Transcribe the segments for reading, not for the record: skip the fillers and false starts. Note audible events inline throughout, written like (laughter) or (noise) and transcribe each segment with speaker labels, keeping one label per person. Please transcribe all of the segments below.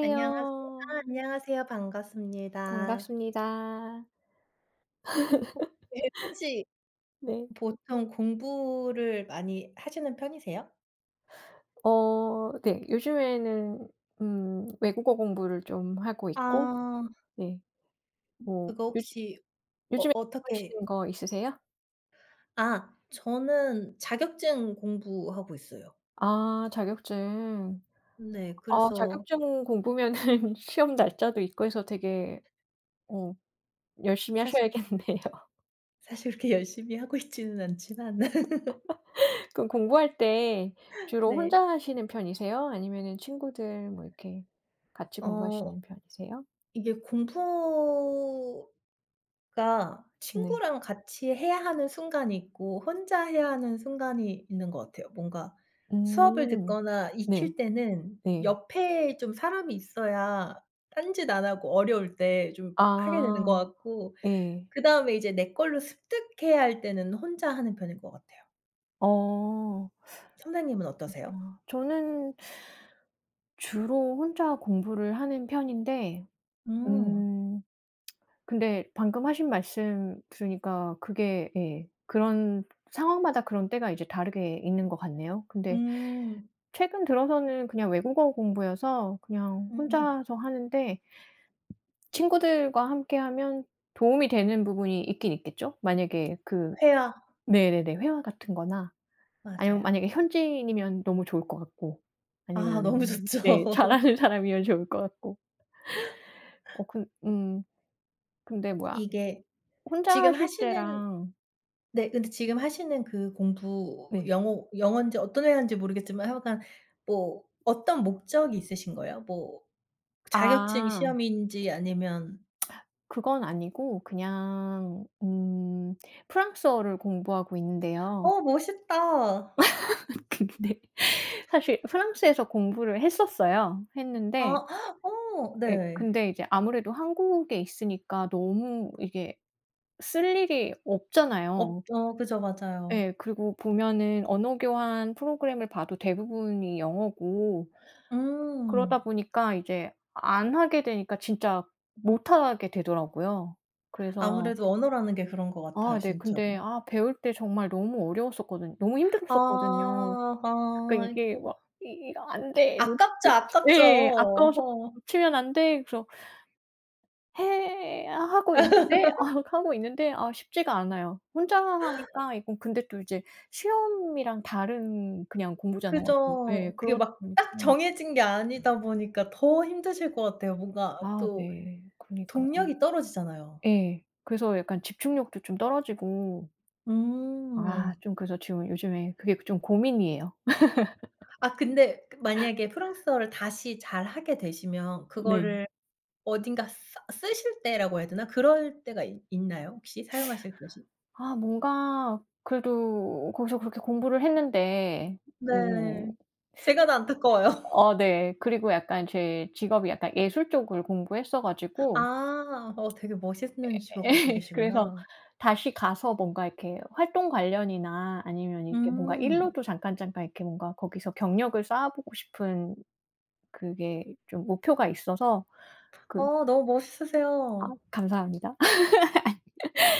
Speaker 1: 안녕하세요. 아 안녕하세요. 반갑습니다.
Speaker 2: 반갑습니다.
Speaker 1: 네. 혹시
Speaker 2: 네.
Speaker 1: 보통 공부를 많이 하시는 편이세요?
Speaker 2: 네. 요즘에는 외국어 공부를 좀 하고 있고
Speaker 1: 아.
Speaker 2: 네. 뭐
Speaker 1: 그거
Speaker 2: 요즘
Speaker 1: 혹시 어
Speaker 2: 요즘에
Speaker 1: 어떻게
Speaker 2: 공부하시는 거 있으세요?
Speaker 1: 아 저는 자격증 공부하고 있어요.
Speaker 2: 아, 자격증.
Speaker 1: 네.
Speaker 2: 아,
Speaker 1: 그래서
Speaker 2: 자격증 공부면은 (laughs) 시험 날짜도 있고 해서 되게 어 열심히
Speaker 1: 사실
Speaker 2: 하셔야겠네요.
Speaker 1: 사실 그렇게 (laughs) 열심히 하고 있지는 않지만 (laughs)
Speaker 2: (laughs) 그럼 공부할 때 주로
Speaker 1: 네.
Speaker 2: 혼자 하시는 편이세요? 아니면은 친구들 뭐 이렇게 같이
Speaker 1: 어
Speaker 2: 공부하시는 편이세요?
Speaker 1: 이게 공부 그러니까
Speaker 2: 네.
Speaker 1: 친구랑 같이 해야 하는 순간이 있고 혼자 해야 하는 순간이 있는 것 같아요. 뭔가 수업을
Speaker 2: 음.
Speaker 1: 듣거나
Speaker 2: 네.
Speaker 1: 익힐 때는
Speaker 2: 네.
Speaker 1: 옆에 좀 사람이 있어야 딴짓 안 하고 어려울 때 좀 하게 되는 것
Speaker 2: 아.
Speaker 1: 같고
Speaker 2: 예.
Speaker 1: 그다음에 이제 내 걸로 습득해야 할 때는 혼자 하는 편인 것 같아요.
Speaker 2: 어.
Speaker 1: 선생님은 어떠세요?
Speaker 2: 아, 저는 주로 혼자 공부를 하는 편인데
Speaker 1: 음.
Speaker 2: 음 근데 방금 하신 말씀 들으니까 그게 예 그런 상황마다 그런 때가 이제 다르게 있는 것 같네요. 근데
Speaker 1: 음.
Speaker 2: 최근 들어서는 그냥 외국어 공부여서 그냥
Speaker 1: 음음.
Speaker 2: 혼자서 하는데 친구들과 함께 하면 도움이 되는 부분이 있긴 있겠죠? 만약에 그
Speaker 1: 회화.
Speaker 2: 네네네. 회화 같은 거나 아니면
Speaker 1: 맞아요.
Speaker 2: 만약에 현지인이면 너무 좋을 것 같고
Speaker 1: 아 너무
Speaker 2: 아니면
Speaker 1: 좋죠.
Speaker 2: 네
Speaker 1: (laughs)
Speaker 2: 잘하는 (laughs) 사람이면 좋을 것 같고. 어 근 근데 뭐야,
Speaker 1: 이게
Speaker 2: 혼자
Speaker 1: 지금
Speaker 2: 하실
Speaker 1: 하시는
Speaker 2: 때랑.
Speaker 1: 네. 근데 지금 하시는 그 공부
Speaker 2: 네.
Speaker 1: 영어 영어인지 어떤 회화인지 모르겠지만 하여간 뭐 어떤 목적이 있으신 거예요? 뭐 자격증
Speaker 2: 아
Speaker 1: 시험인지 아니면
Speaker 2: 그건 아니고 그냥 프랑스어를 공부하고 있는데요.
Speaker 1: 어 멋있다.
Speaker 2: (laughs) 근데 사실 프랑스에서 공부를 했었어요.
Speaker 1: 아
Speaker 2: 했는데
Speaker 1: 어
Speaker 2: 예
Speaker 1: 네.
Speaker 2: 근데 이제 아무래도 한국에 있으니까 너무 이게 쓸 일이
Speaker 1: 없
Speaker 2: 없잖아요.
Speaker 1: 어 그죠. 맞아요.
Speaker 2: 예. 그리고 보면은 언어 교환 프로그램을 봐도 대부분이 영어고 그러다
Speaker 1: 음.
Speaker 2: 보니까 이제 안 하게 되니까 진짜 못 하게 되더라고요. 그래서
Speaker 1: 아무래도 언어라는 게 그런 것 같아요
Speaker 2: 아 네 근데
Speaker 1: 진짜로.
Speaker 2: 아 배울 때 정말 너무 어려웠었거든 너무
Speaker 1: 아.
Speaker 2: 힘들었었거든요.
Speaker 1: 아.
Speaker 2: 그러니까 이게
Speaker 1: 아이고.
Speaker 2: 막 '이 이거 안 돼.
Speaker 1: 아깝죠,
Speaker 2: 놓.'
Speaker 1: 아깝죠.
Speaker 2: 예. '아까워서
Speaker 1: 어.
Speaker 2: 놓치면 안 돼.' 그래서 해 하고 있는데 (laughs) 아 하고 있는데 아 쉽지가 않아요. 혼자 하니까 이건 근데 또 이제 시험이랑 다른 그냥 공부잖아요. 좀
Speaker 1: 그죠.
Speaker 2: 예.
Speaker 1: 그게
Speaker 2: 그러다
Speaker 1: 막
Speaker 2: 보니까
Speaker 1: 딱 정해진 게 아니다 보니까 더 힘드실 것 같아요. 뭔가
Speaker 2: 아
Speaker 1: 또
Speaker 2: 네. 그러니까요.
Speaker 1: 동력이 떨어지잖아요.
Speaker 2: 예. 그래서 약간 집중력도 좀 떨어지고 아
Speaker 1: 음.
Speaker 2: 좀 그래서 지금 요즘에 그게 좀 고민이에요.
Speaker 1: 아 근데 그 만약에 프랑스어를 다시 잘하게 되시면
Speaker 2: 네.
Speaker 1: 그거를 어딘가 쓰 쓰실 때라고 해야 되나? 그럴 때가 있 있나요? 혹시 사용하실 곳이?
Speaker 2: 아 뭔가 그래도 거기서 그렇게 공부를 했는데 음
Speaker 1: 네. 제가 더 안타까워요.
Speaker 2: 어 네. 그리고 약간 제 직업이 약간 예술 쪽을 공부했어 가지고
Speaker 1: 아. 어 되게 멋있는 직업 갖고
Speaker 2: 예. 그래서
Speaker 1: 계시구나.
Speaker 2: 다시 가서 뭔가 이렇게 활동 관련이나 아니면 이렇게 뭔가
Speaker 1: 음.
Speaker 2: 일로도 잠깐 잠깐 이렇게 뭔가 거기서 경력을 쌓아보고 싶은 그게 좀 목표가 있어서 그
Speaker 1: 어 너무
Speaker 2: 아
Speaker 1: 멋있으세요.
Speaker 2: 감사합니다.
Speaker 1: 어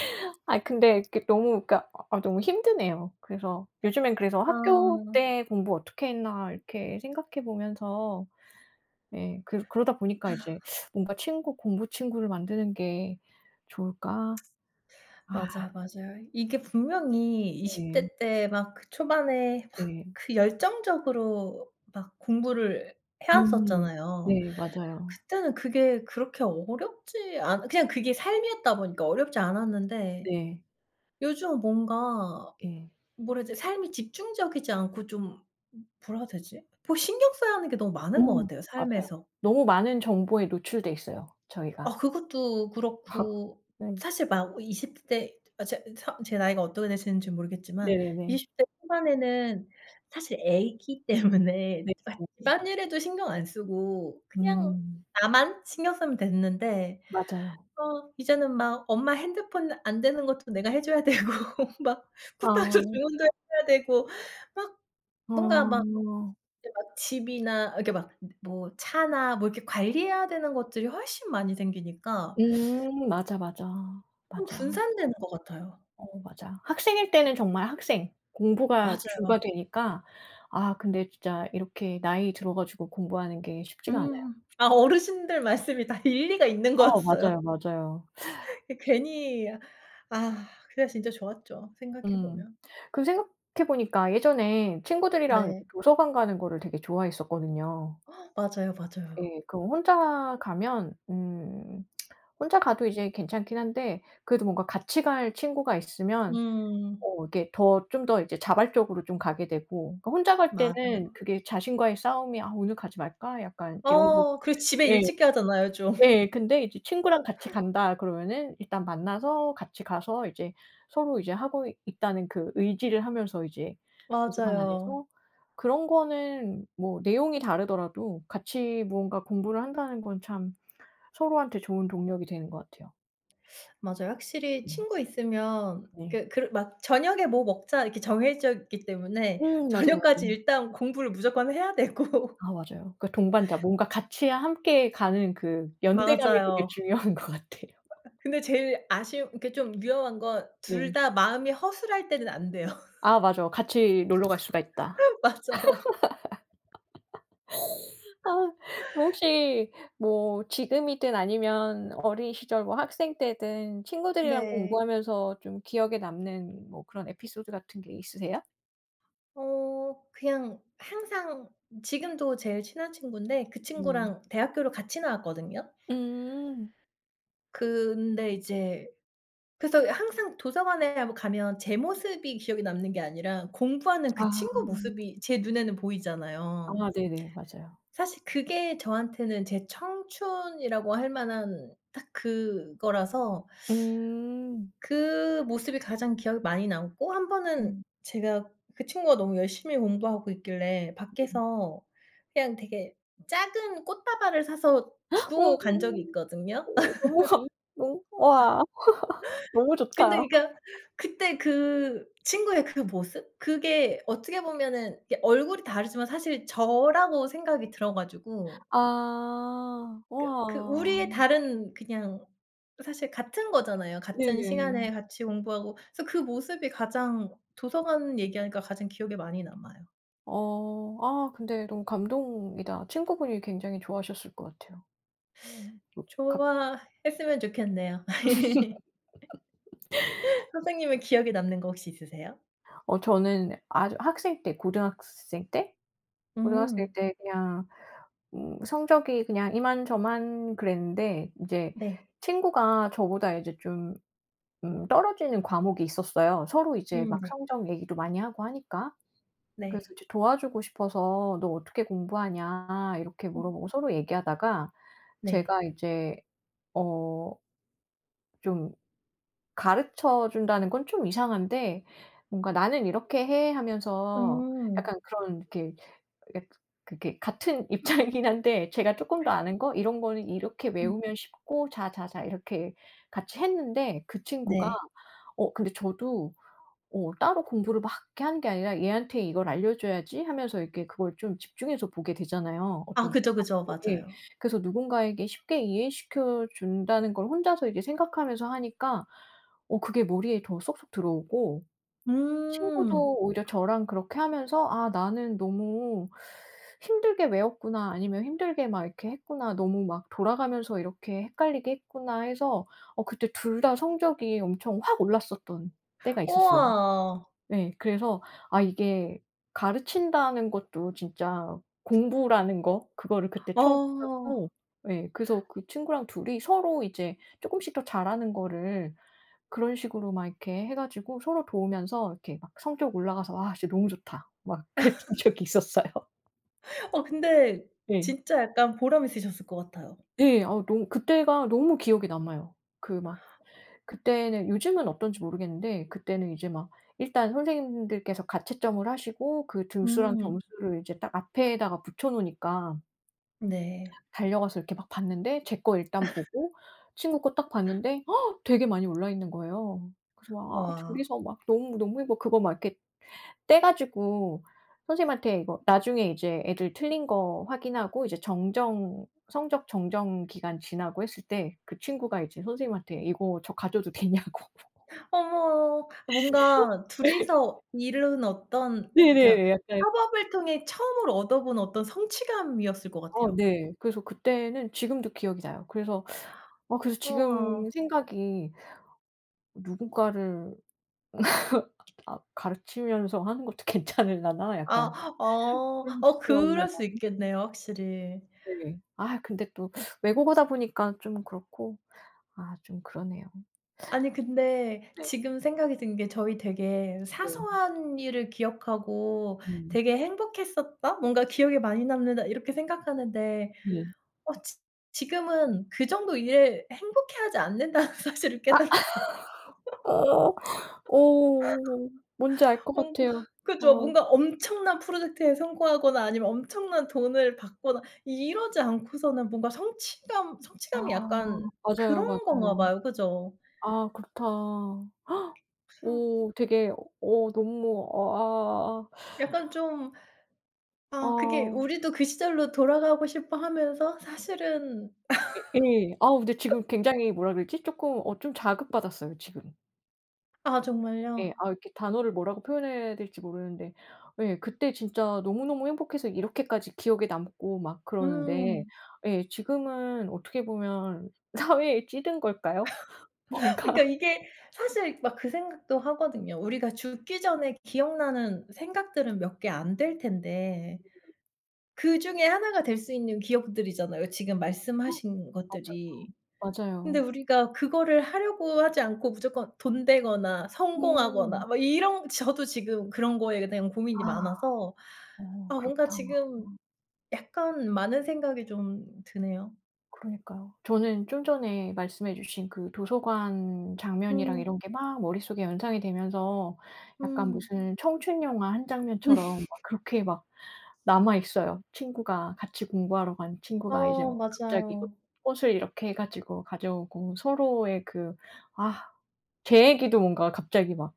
Speaker 2: 아 근데 이렇게 너무 그러니까 아 너무 힘드네요. 그래서 요즘엔 그래서 '학교
Speaker 1: 아.
Speaker 2: 때 공부 어떻게 했나.' 이렇게 생각해 보면서 예 그러다 보니까 이제 뭔가 친구 공부 친구를 만드는 게 좋을까? 아
Speaker 1: 맞아요, 맞아요. 이게 분명히 20
Speaker 2: 네.
Speaker 1: 대 때 막 그 초반에 막
Speaker 2: 네.
Speaker 1: 그 열정적으로 막 공부를 해
Speaker 2: 음.
Speaker 1: 왔었잖아요.
Speaker 2: 네 맞아요.
Speaker 1: 그때는 그게 그렇게 어렵지 않 그냥 그게 삶이었다 보니까 어렵지 않았는데
Speaker 2: 네.
Speaker 1: 요즘은 뭔가
Speaker 2: 예.
Speaker 1: 뭐라 해야 되지? 삶이 집중적이지 않고 좀 뭐라 해야 되지? 뭐 신경 써야 하는 게 너무 많은 것
Speaker 2: 음
Speaker 1: 같아요,
Speaker 2: 맞아요.
Speaker 1: 삶에서.
Speaker 2: 너무 많은 정보에 노출돼 있어요, 저희가.
Speaker 1: 어 그것도 그렇고
Speaker 2: 네.
Speaker 1: 사실 막 20 대 아 제 나이가 어떻게 되시는지 모르겠지만
Speaker 2: 네네네.
Speaker 1: 20대 초반에는 사실 애기 때문에
Speaker 2: 네.
Speaker 1: (laughs) 막
Speaker 2: 네.
Speaker 1: 집안일에도 신경 안 쓰고 그냥
Speaker 2: 음.
Speaker 1: 나만 신경 쓰면 됐는데
Speaker 2: 맞아요.
Speaker 1: 어 이제는 막 엄마 핸드폰 안 되는 것도 내가 해 줘야 되고 (laughs) 막 쿠팡에서
Speaker 2: 아.
Speaker 1: 주문도 해 줘야 되고 막 뭔가 막
Speaker 2: 아
Speaker 1: 이제 막 집이나 이렇게 막 뭐 차나 뭐 이렇게 관리해야 되는 것들이 훨씬 많이 생기니까
Speaker 2: 맞아, 맞아.
Speaker 1: 좀
Speaker 2: 맞아.
Speaker 1: 분산되는 것 같아요.
Speaker 2: 어 맞아. 학생일 때는 정말 학생, 공부가
Speaker 1: 맞아요.
Speaker 2: 주가 되니까 아 근데 진짜 이렇게 나이 들어 가지고 공부하는 게 쉽지가 않아요.
Speaker 1: 음. 아 어르신들 말씀이 다 일리가 있는
Speaker 2: 어
Speaker 1: 거였어요.
Speaker 2: 맞아요, 맞아요.
Speaker 1: (laughs) 그 괜히 아 그때 진짜 좋았죠, 생각해
Speaker 2: 음.
Speaker 1: 보면.
Speaker 2: 그 생각해 보니까 예전에 친구들이랑
Speaker 1: 네.
Speaker 2: 이렇게 도서관 가는 거를 되게 좋아했었거든요.
Speaker 1: 맞아요, 맞아요.
Speaker 2: 예. 그 혼자 가면 혼자 가도 이제 괜찮긴 한데 그래도 뭔가 같이 갈 친구가 있으면
Speaker 1: 음.
Speaker 2: 이게 더 좀 더 이제 자발적으로 좀 가게 되고 그러니까 혼자 갈 때는
Speaker 1: 맞아요.
Speaker 2: 그게 자신과의 싸움이 '아 오늘 가지 말까?' 약간 이런 것.
Speaker 1: 어 그리고 집에
Speaker 2: 예.
Speaker 1: 일찍 가잖아요 좀. (laughs)
Speaker 2: 예. 근데 이제 "친구랑 같이 간다." 그러면은 일단 만나서 같이 가서 이제 서로 이제 하고 있다는 그 의지를 하면서 이제 도서관
Speaker 1: 맞아요.
Speaker 2: 안에서 그런 거는 뭐 내용이 다르더라도 같이 무언가 공부를 한다는 건 참 서로한테 좋은 동력이 되는 것 같아요.
Speaker 1: 맞아요. 확실히
Speaker 2: 네.
Speaker 1: 친구 있으면
Speaker 2: 네.
Speaker 1: 그 그르 막 "저녁에 뭐 먹자." 이렇게 정해져 있기 때문에
Speaker 2: 맞아요,
Speaker 1: 저녁까지
Speaker 2: 맞아요.
Speaker 1: 일단 공부를 무조건 해야 되고
Speaker 2: 아
Speaker 1: (laughs)
Speaker 2: 맞아요. 그 동반자 뭔가 같이 함께 가는 그 연대감이 되게
Speaker 1: 맞아요.
Speaker 2: 중요한 것 같아요.
Speaker 1: 근데 제일 아쉬운 그러니까 좀 위험한 건 둘
Speaker 2: 네.
Speaker 1: 다 마음이 허술할 때는 안 돼요.
Speaker 2: 아 맞아. 같이 놀러 갈 수가 있다.
Speaker 1: (laughs) 맞아요.
Speaker 2: 아 그 혹시 뭐 지금이든 아니면 어린 시절 뭐 학생 때든 친구들이랑
Speaker 1: 네.
Speaker 2: 공부하면서 좀 기억에 남는 뭐 그런 에피소드 같은 게 있으세요?
Speaker 1: 어 그냥 항상 지금도 제일 친한 친구인데 그
Speaker 2: 네.
Speaker 1: 친구랑 대학교를 같이 나왔거든요.
Speaker 2: 음.
Speaker 1: 근데 이제 그래서 항상 도서관에 한번 가면 제 모습이 기억에 남는 게 아니라 공부하는 그
Speaker 2: 아.
Speaker 1: 친구 모습이 제 눈에는 보이잖아요.
Speaker 2: 아 네네. 맞아요.
Speaker 1: 사실 그게 저한테는 제 청춘이라고 할 만한 딱 그거라서
Speaker 2: 음.
Speaker 1: 그 모습이 가장 기억에 많이 남고 한 번은
Speaker 2: 음
Speaker 1: 제가 그 친구가 너무 열심히 공부하고 있길래
Speaker 2: 네.
Speaker 1: 밖에서 그냥 되게 작은 꽃다발을 사서 주고 간
Speaker 2: 어
Speaker 1: 적이 있거든요. (laughs)
Speaker 2: 너무 감. 너무 와. 너무 좋다.
Speaker 1: 근데 그러니까 그때 그 친구의 그 모습? 그게 어떻게 보면은 이게 얼굴이 다르지만 사실 저라고 생각이 들어 가지고
Speaker 2: 아.
Speaker 1: 그 그
Speaker 2: 와.
Speaker 1: 우리의 다른 그냥 사실 같은 거잖아요. 같은
Speaker 2: 네네.
Speaker 1: 시간에 같이 공부하고 그래서 그 모습이 가장 도서관 얘기하니까 가장 기억에 많이 남아요.
Speaker 2: 어 아 근데 너무 감동이다. 친구분이 굉장히 좋아하셨을 것 같아요. 음. 그
Speaker 1: 좋아했으면 좋겠네요. (laughs) 선생님은 기억에 남는 거 혹시 있으세요?
Speaker 2: 어 저는 아주 학생 때 고등학생 때? 고등학생
Speaker 1: 음.
Speaker 2: 때 그냥 성적이 그냥 이만저만 그랬는데 이제
Speaker 1: 네.
Speaker 2: 친구가 저보다 이제 좀 떨어지는 과목이 있었어요. 서로 이제 막
Speaker 1: 네.
Speaker 2: 성적 얘기도 많이 하고 하니까. 그래서
Speaker 1: 네.
Speaker 2: 이제 도와주고 싶어서 "너 어떻게 공부하냐?" 이렇게
Speaker 1: 음
Speaker 2: 물어보고 서로 얘기하다가
Speaker 1: 네.
Speaker 2: 제가 이제 어 좀 가르쳐 준다는 건 좀 이상한데 뭔가 "나는 이렇게 해." 하면서
Speaker 1: 음.
Speaker 2: 약간 그런 이렇게 그게 그게 같은 (laughs) 입장이긴 한데 제가 쪼끔 더 아는 거 이런 거는 이렇게
Speaker 1: 음
Speaker 2: 외우면 쉽고 자자자 이렇게 같이 했는데 그 친구가
Speaker 1: 네.
Speaker 2: 근데 저도 따로 공부를 막 이렇게 하는 게 아니라 '얘한테 이걸 알려 줘야지.' 하면서 이렇게 그걸 좀 집중해서 보게 되잖아요.
Speaker 1: 아
Speaker 2: 어떤
Speaker 1: 그죠, 그죠.
Speaker 2: 과목을. 예.
Speaker 1: 맞아요.
Speaker 2: 그래서 누군가에게 쉽게 이해시켜 준다는 걸 혼자서 이제 생각하면서 하니까 그게 머리에 더 쏙쏙 들어오고
Speaker 1: 음.
Speaker 2: 친구도 오히려 저랑 그렇게 하면서 '아 나는 너무 힘들게 외웠구나.' 아니면 '힘들게 막 이렇게 했구나. 너무 막 돌아가면서 이렇게 헷갈리게 했구나.' 해서 그때 둘 다 성적이 엄청 확 올랐었던 때가 있었어요.
Speaker 1: 우와.
Speaker 2: 네. 그래서 아 이게 가르친다는 것도 진짜 공부라는 거 그거를 그때 처음
Speaker 1: 어.
Speaker 2: 깨닫고 예 그래서 그 친구랑 둘이 서로 이제 쪼끔씩 더 잘하는 거를 그런 식으로 막 이렇게 해 가지고 서로 도우면서 이렇게 막 성적 올라가서 '와 진짜 너무 좋다.' 막 (laughs) 그랬던 적이 있었어요.
Speaker 1: 어 근데
Speaker 2: 예.
Speaker 1: 진짜 약간 보람 있으셨을 것 같아요.
Speaker 2: 예. 아 너무 그때가 너무 기억에 남아요. 그 막 그때는 요즘은 어떤지 모르겠는데 그때는 이제 막 일단 선생님들께서 가채점을 하시고 그 등수랑
Speaker 1: 음.
Speaker 2: 점수를 이제 딱 앞에다가 붙여 놓으니까
Speaker 1: 네.
Speaker 2: 달려가서 이렇게 막 봤는데 제 거 일단 보고 친구 거 딱 봤는데 되게 많이 올라 있는 거예요. 그래서 막 아
Speaker 1: 와.
Speaker 2: 둘이서 막 너무, 너무 행복 그거 막 이렇게 떼 가지고 선생님한테 이거 나중에 이제 애들 틀린 거 확인하고 이제 정정 성적 정정 기간 지나고 했을 때 그 친구가 이제 선생님한테 "이거 저 가져도 되냐."고.
Speaker 1: 어머. 뭔가
Speaker 2: (laughs)
Speaker 1: 둘이서 이룬 어떤 그러니까
Speaker 2: 네네. 약간
Speaker 1: 협업을 통해 처음으로 얻어본 어떤 성취감이었을 것
Speaker 2: 어
Speaker 1: 같아요.
Speaker 2: 네. 그래서 그때는 지금도 기억이 나요. 그래서 그래서
Speaker 1: 우와.
Speaker 2: 지금 생각이 '누군가를 아 가르치면서 하는 것도 (laughs) 괜찮을라나?'
Speaker 1: 아
Speaker 2: 약간
Speaker 1: 어. 어
Speaker 2: 혼란스러워.
Speaker 1: 그럴 수 있겠네요 확실히.
Speaker 2: 네. 아 근데 또 외국어다 보니까 좀 그렇고 아 좀 그러네요.
Speaker 1: 아니 근데
Speaker 2: 네.
Speaker 1: 지금 생각이 든 게 저희 되게
Speaker 2: 네.
Speaker 1: 사소한 일을 기억하고
Speaker 2: 네.
Speaker 1: 되게 행복했었다? 뭔가 기억에 많이 남는다 이렇게 생각하는데
Speaker 2: 네.
Speaker 1: 어 지 지금은 그 정도 일에 행복해하지 않는다는 (laughs) 사실을 깨달았어요.
Speaker 2: 어. 어. 뭔지 알 것
Speaker 1: 뭔가
Speaker 2: 같아요.
Speaker 1: 그죠.
Speaker 2: 어.
Speaker 1: 뭔가 엄청난 프로젝트에 성공하거나 아니면 엄청난 돈을 받거나 이러지 않고서는 뭔가 성취감
Speaker 2: 아.
Speaker 1: 성취감이 약간
Speaker 2: 맞아요,
Speaker 1: 그런 건가
Speaker 2: 맞아요.
Speaker 1: 봐요. 그죠?
Speaker 2: 아 그렇다.
Speaker 1: 그래서
Speaker 2: 오 되게 어 너무 어아
Speaker 1: 약간 좀
Speaker 2: 아
Speaker 1: 아 그게
Speaker 2: 아,
Speaker 1: 우리도 그 시절로 돌아가고 싶어 하면서 사실은
Speaker 2: 예 예. 아 근데 지금 굉장히 뭐라 그러지? 쪼끔 좀 자극받았어요 지금.
Speaker 1: 아
Speaker 2: 예.
Speaker 1: 정말요?
Speaker 2: 아 이렇게 단어를 뭐라고 표현해야 될지 모르는데 예 그때 진짜 너무너무 행복해서 이렇게까지 기억에 남고 막 그러는데
Speaker 1: 음.
Speaker 2: 예 지금은 어떻게 보면 (laughs) 사회에 찌든 걸까요? 뭔가
Speaker 1: 그러니까 이게 사실 막 그 생각도 하거든요. 우리가 죽기 전에 기억나는 생각들은 몇 개 안 될 텐데 그중에 하나가 될 수 있는 기억들이잖아요, 지금 말씀하신
Speaker 2: 맞아.
Speaker 1: 것들이. 근데
Speaker 2: 맞아요.
Speaker 1: 우리가 그거를 하려고 하지 않고 무조건 돈 되거나
Speaker 2: 음.
Speaker 1: 성공하거나 막 이런 저도 지금 그런 거에 대한 고민이
Speaker 2: 아
Speaker 1: 많아서 아 뭔가
Speaker 2: 그렇다.
Speaker 1: 지금 약간 많은 생각이 좀 드네요.
Speaker 2: 그러니까요. 저는 좀 전에 말씀해 주신 그 도서관 장면이랑
Speaker 1: 음.
Speaker 2: 이런 게 막 머릿속에 연상이 되면서 약간
Speaker 1: 음.
Speaker 2: 무슨 청춘 영화 한 장면처럼 막 그렇게 막 남아 있어요. 친구가 같이 공부하러 간 친구가 이제
Speaker 1: 아
Speaker 2: 뭐 갑자기 꽃
Speaker 1: 맞아요.
Speaker 2: 꽃을 이렇게 해 가지고 가져오고 서로의 그 아 제 얘기도 뭔가 갑자기 막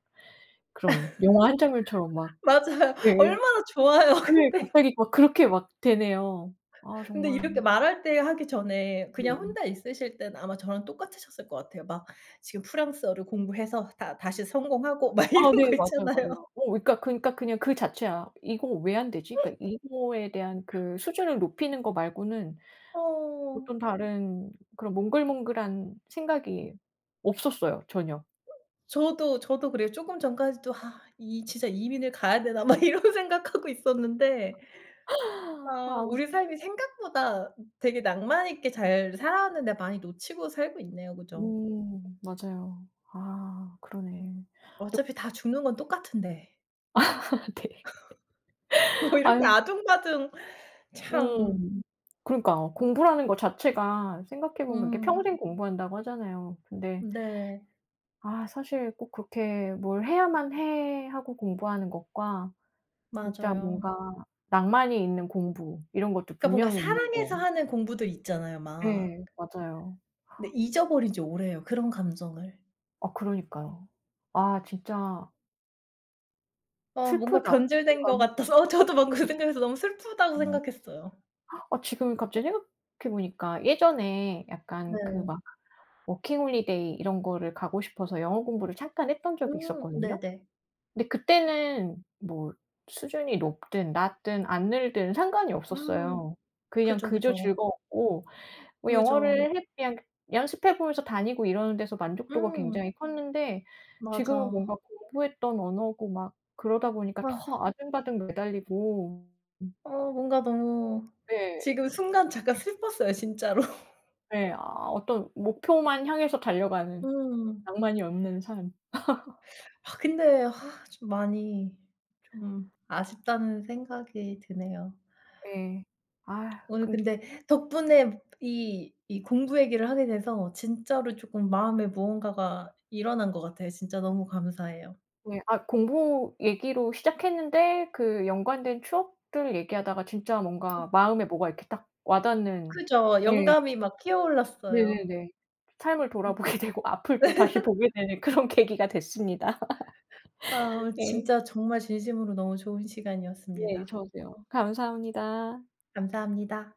Speaker 2: 그런 영화 한 장면처럼 막
Speaker 1: 맞아요.
Speaker 2: 예.
Speaker 1: 얼마나 좋아요. (laughs)
Speaker 2: 네
Speaker 1: 근데
Speaker 2: 갑자기 막 그렇게 막 되네요. 아
Speaker 1: 근데
Speaker 2: 정말
Speaker 1: 이렇게 말할 때 하기 전에
Speaker 2: 네.
Speaker 1: 그냥 혼자 있으실 때는 아마 저랑 똑같으셨을 것 같아요. 막 지금 프랑스어를 공부해서 다 다시 성공하고 (laughs) 막
Speaker 2: 아
Speaker 1: 이런
Speaker 2: 네.
Speaker 1: 거
Speaker 2: 맞아요,
Speaker 1: 있잖아요.
Speaker 2: 맞아요. 어 그러니까, 그러니까 그냥 그 자체야. '이거 왜 안 되지?' 그러니까 이거에 대한 그 수준을 높이는 거 말고는
Speaker 1: 어.
Speaker 2: 어떤 다른 그런 몽글몽글한 생각이 없었어요, 전혀.
Speaker 1: 저도 그래요. 쪼금 전까지도 '아 이 진짜 이민을 가야 되나?' 막 이런 (laughs) 생각하고 있었는데 아 우리
Speaker 2: 아
Speaker 1: 삶이 생각보다 되게 낭만 있게 잘 살아왔는데 많이 놓치고 살고 있네요. 그죠?
Speaker 2: 맞아요. 아 그러네.
Speaker 1: 어차피 다 죽는 건 똑같은데.
Speaker 2: (unintelligible) 네.
Speaker 1: 뭐 이렇게
Speaker 2: 아유
Speaker 1: 아등바등 참
Speaker 2: 음. 그러니까 공부라는 거 자체가 생각해 보면 이렇게
Speaker 1: 음.
Speaker 2: 평생 공부한다고 하잖아요. 근데
Speaker 1: 네.
Speaker 2: 아 사실 꼭 그렇게 뭘 해야만 해 하고 공부하는 것과 진짜
Speaker 1: 맞아요.
Speaker 2: 뭔가 낭만이 있는 공부 이런 것도
Speaker 1: 그러니까 뭔가
Speaker 2: 분명히 있는데
Speaker 1: 사랑해서 하는 공부들 있잖아요 막.
Speaker 2: 예 맞아요.
Speaker 1: 근데 잊어버린 지 오래예요 그런 감정을.
Speaker 2: 아 그러니까요. 아 진짜
Speaker 1: 어 뭔가
Speaker 2: 슬프다.
Speaker 1: 변질된 것
Speaker 2: 뭔가
Speaker 1: 같아서 어
Speaker 2: 어
Speaker 1: 저도 막 그 생각해서 너무 슬프다고
Speaker 2: 네.
Speaker 1: 생각했어요.
Speaker 2: 아 지금 갑자기 생각해 보니까 예전에 약간 그
Speaker 1: 네.
Speaker 2: 막 워킹 홀리데이 이런 거를 가고 싶어서 영어 공부를 잠깐 했던 적이 있었거든요.
Speaker 1: 네네.
Speaker 2: 근데 그때는 뭐 수준이 높든 낮든 안 늘든 상관이
Speaker 1: 음.
Speaker 2: 없었어요. 그냥
Speaker 1: 그죠,
Speaker 2: 그저
Speaker 1: 그죠.
Speaker 2: 즐거웠고 뭐
Speaker 1: 그죠.
Speaker 2: 영어를 해 그냥 연습해 보면서 다니고 이러는 데서 만족도가
Speaker 1: 음.
Speaker 2: 굉장히 컸는데
Speaker 1: 맞아.
Speaker 2: 지금은 뭔가 공부했던 언어고 막 그러다 보니까
Speaker 1: 아
Speaker 2: 더 아등바등 매달리고 음
Speaker 1: 어 뭔가 너무
Speaker 2: 네.
Speaker 1: 지금 순간 잠깐 슬펐어요 진짜로. (laughs)
Speaker 2: 네 아 어떤 목표만 향해서 달려가는
Speaker 1: 음.
Speaker 2: 낭만이 없는 삶.
Speaker 1: 아 근데 아 좀 많이 좀 아쉽다는 생각이 드네요.
Speaker 2: 예. 아
Speaker 1: 오늘
Speaker 2: 근
Speaker 1: 근데 덕분에 이 공부 얘기를 하게 돼서 진짜로 조금 마음에 무언가가 일어난 것 같아요. 진짜 너무 감사해요.
Speaker 2: 네. 아 공부 얘기로 시작했는데 그 연관된 추억들 얘기하다가 진짜
Speaker 1: 어
Speaker 2: 뭔가 마음에 뭐가 이렇게 딱 와닿는
Speaker 1: 그죠.
Speaker 2: 예.
Speaker 1: 영감이 막 피어올랐어요.
Speaker 2: 네네네. 삶을
Speaker 1: 음.
Speaker 2: 돌아보게 (laughs) 되고 앞을 또 다시 보게 되는 그런 계기가 됐습니다.
Speaker 1: 아
Speaker 2: 예.
Speaker 1: 진짜 정말 진심으로 너무 좋은
Speaker 2: 네.
Speaker 1: 시간이었습니다.
Speaker 2: 저도요. 감사합니다.
Speaker 1: 감사합니다.